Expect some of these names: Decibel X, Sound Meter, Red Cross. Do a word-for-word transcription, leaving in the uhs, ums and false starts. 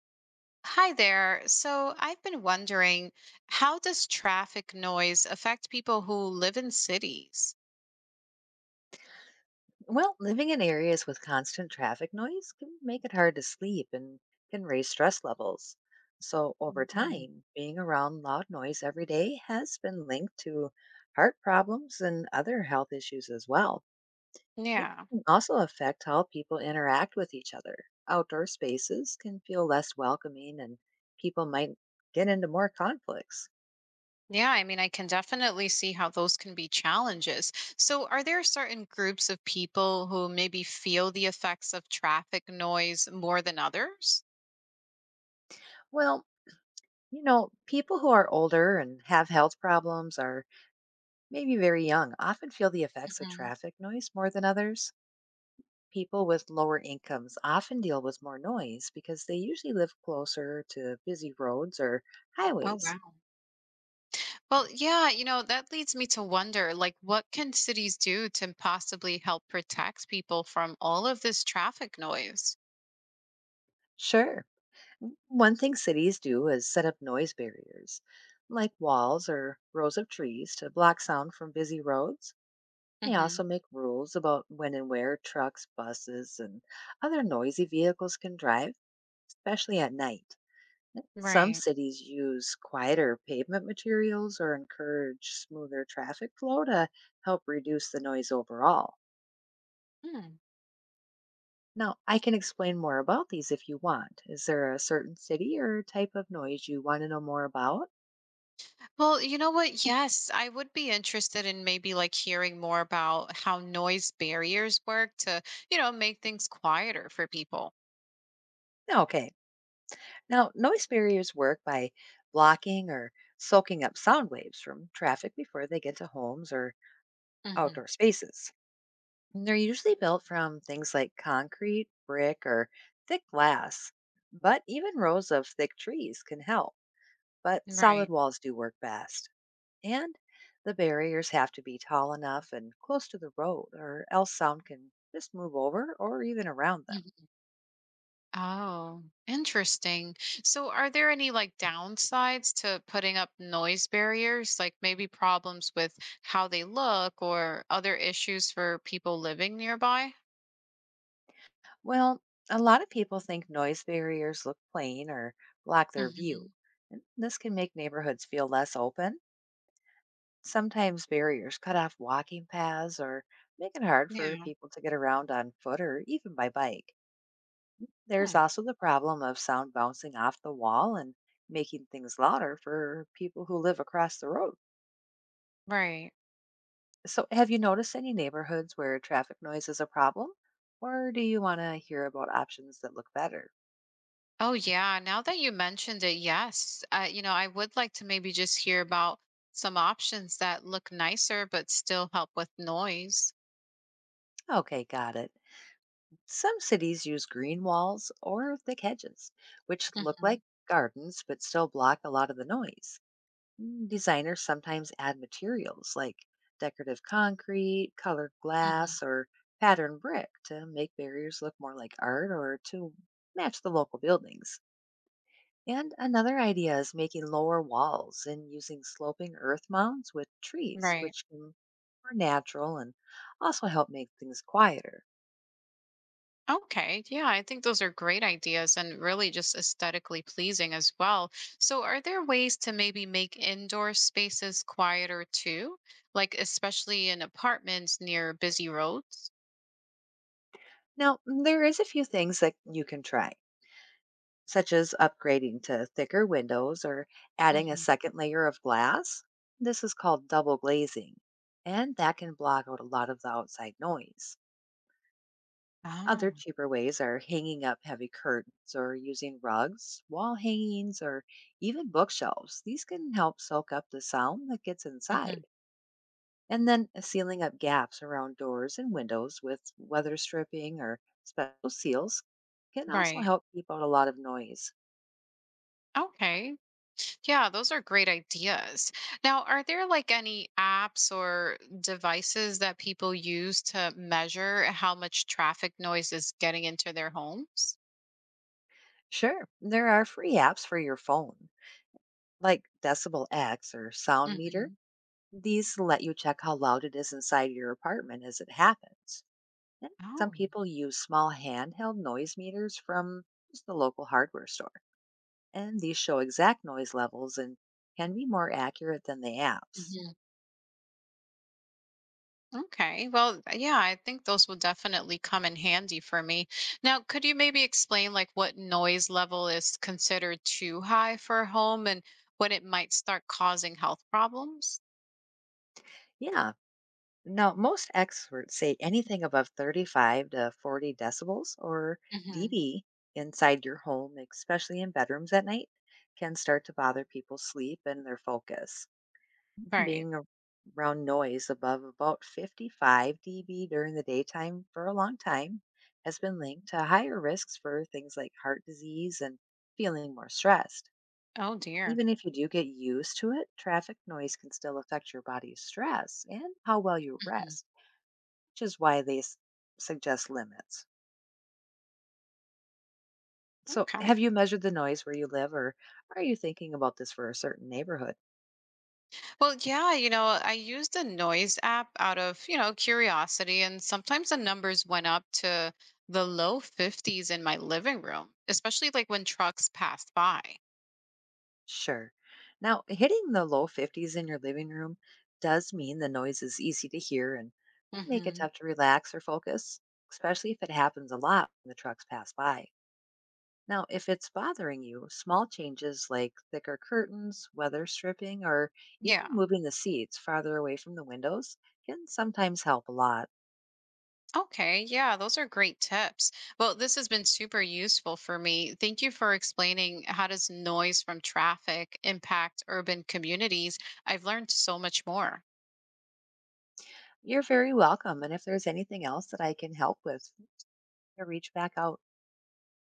Hi there. So I've been wondering, how does traffic noise affect people who live in cities? Well, living in areas with constant traffic noise can make it hard to sleep and can raise stress levels. So, over Mhm. time, being around loud noise every day has been linked to heart problems and other health issues as well. It Yeah. can also affect how people interact with each other. Outdoor spaces can feel less welcoming and people might get into more conflicts. Yeah, I mean, I can definitely see how those can be challenges. So are there certain groups of people who maybe feel the effects of traffic noise more than others? Well, you know, people who are older and have health problems are maybe very young, often feel the effects of Mhm. traffic noise more than others. People with lower incomes often deal with more noise because they usually live closer to busy roads or Oh, highways. wow. Well, yeah, you know, that leads me to wonder, like, what can cities do to possibly help protect people from all of this traffic noise? Sure, w- one thing cities do is set up noise barriers, like walls or rows of trees to block sound from busy roads. They also Hmm. make rules about when and where trucks, buses, and other noisy vehicles can drive, especially at night. Some Right. cities use quieter pavement materials or encourage smoother traffic flow to help reduce the noise overall. Hmm. Now, I can explain more about these if you want. Is there a certain city or type of noise you want to know more about? Well, you know what? Yes, I would be interested in maybe like hearing more about how noise barriers work to, you know, make things quieter for people. Okay. Now, noise barriers work by blocking or soaking up sound waves from traffic before they get to homes or Hmm. outdoor spaces. And they're usually built from things like concrete, brick, or thick glass, but even rows of thick trees can help. But solid Right. walls do work best. And the barriers have to be tall enough and close to the road, or else sound can just move over or even around them. Mhm. Oh, interesting. So, are there any like downsides to putting up noise barriers, like maybe problems with how they look or other issues for people living nearby? Well, a lot of people think noise barriers look plain or block their view. Hmm. And this can make neighborhoods feel less open. Sometimes barriers cut off walking paths or make it hard for Yeah. people to get around on foot or even by bike. There's Hmm. also the problem of sound bouncing off the wall and making things louder for people who live across the road. Right. So, have you noticed any neighborhoods where traffic noise is a problem? Or do you want to hear about options that look better? Oh, yeah. Now that you mentioned it, yes. Uh, you know, I would like to maybe just hear about some options that look nicer but still help with noise. Okay, got it. Some cities use green walls or thick hedges, which look Hmm. like gardens but still block a lot of the noise. Mm, Designers sometimes add materials like decorative concrete, colored Hmm. glass, or patterned brick to make barriers look more like art or to match the local buildings. And another idea is making lower walls and using sloping earth mounds with trees, Right. which can are natural and also help make things quieter. Okay. Yeah, I think those are great ideas and really just aesthetically pleasing as well. So, are there ways to maybe make indoor spaces quieter too? Like, especially in apartments near busy roads? Now, there is a few things that you can try, such as upgrading to thicker windows or adding a Hmm. second layer of glass. This is called double glazing, and that can block out a lot of the outside noise. Other Oh, cheaper ways are hanging up heavy curtains or using rugs, wall hangings, or even bookshelves. These can help soak up the sound that gets inside. hmm. And then uh, sealing up gaps around doors and windows with weather stripping or special seals can also Right. help keep out a lot of noise. Okay. Yeah, those are great ideas. Now, are there like any apps or devices that people use to measure how much traffic noise is getting into their homes? Sure, there are free apps for your phone, like Decibel X or Sound Meter. Hmm. These let you check how loud it is inside your apartment as it happens. And some Oh, people use small handheld noise meters from just the local hardware store, and these show exact noise levels and can be more accurate than the apps. hmm. Okay. Well, yeah, I think those will definitely come in handy for me. Now, could you maybe explain like what noise level is considered too high for a home and when it might start causing health problems? Yeah. Now, most experts say anything above thirty-five to forty decibels or Hmm. d B inside your home, especially in bedrooms at night, can start to bother people's sleep and their focus. Right. Being ar- Around noise above about fifty-five d B during the daytime for a long time has been linked to higher risks for things like heart disease and feeling more stressed. Oh dear. Even if you do get used to it, traffic noise can still affect your body's stress and how well you Hmm. rest, which is why they s- suggest limits. So, Okay. have you measured the noise where you live, or are you thinking about this for a certain neighborhood? Well, yeah, you know, I used a noise app out of, you know, curiosity, and sometimes the numbers went up to the low fifties in my living room, especially like when trucks passed by. Sure. Now, hitting the low fifties in your living room does mean the noise is easy to hear and would make it Hmm. tough to relax or focus, especially if it happens a lot when the trucks pass by. Now, if it's bothering you, small changes like thicker curtains, weather stripping, or even Yeah. moving the seats farther away from the windows can sometimes help a lot. Okay. Yeah, those are great tips. Well, this has been super useful for me. Thank you for explaining how does noise from traffic impact urban communities. I've learned so much more. You're very welcome. And if there's anything else that I can help with, reach back out.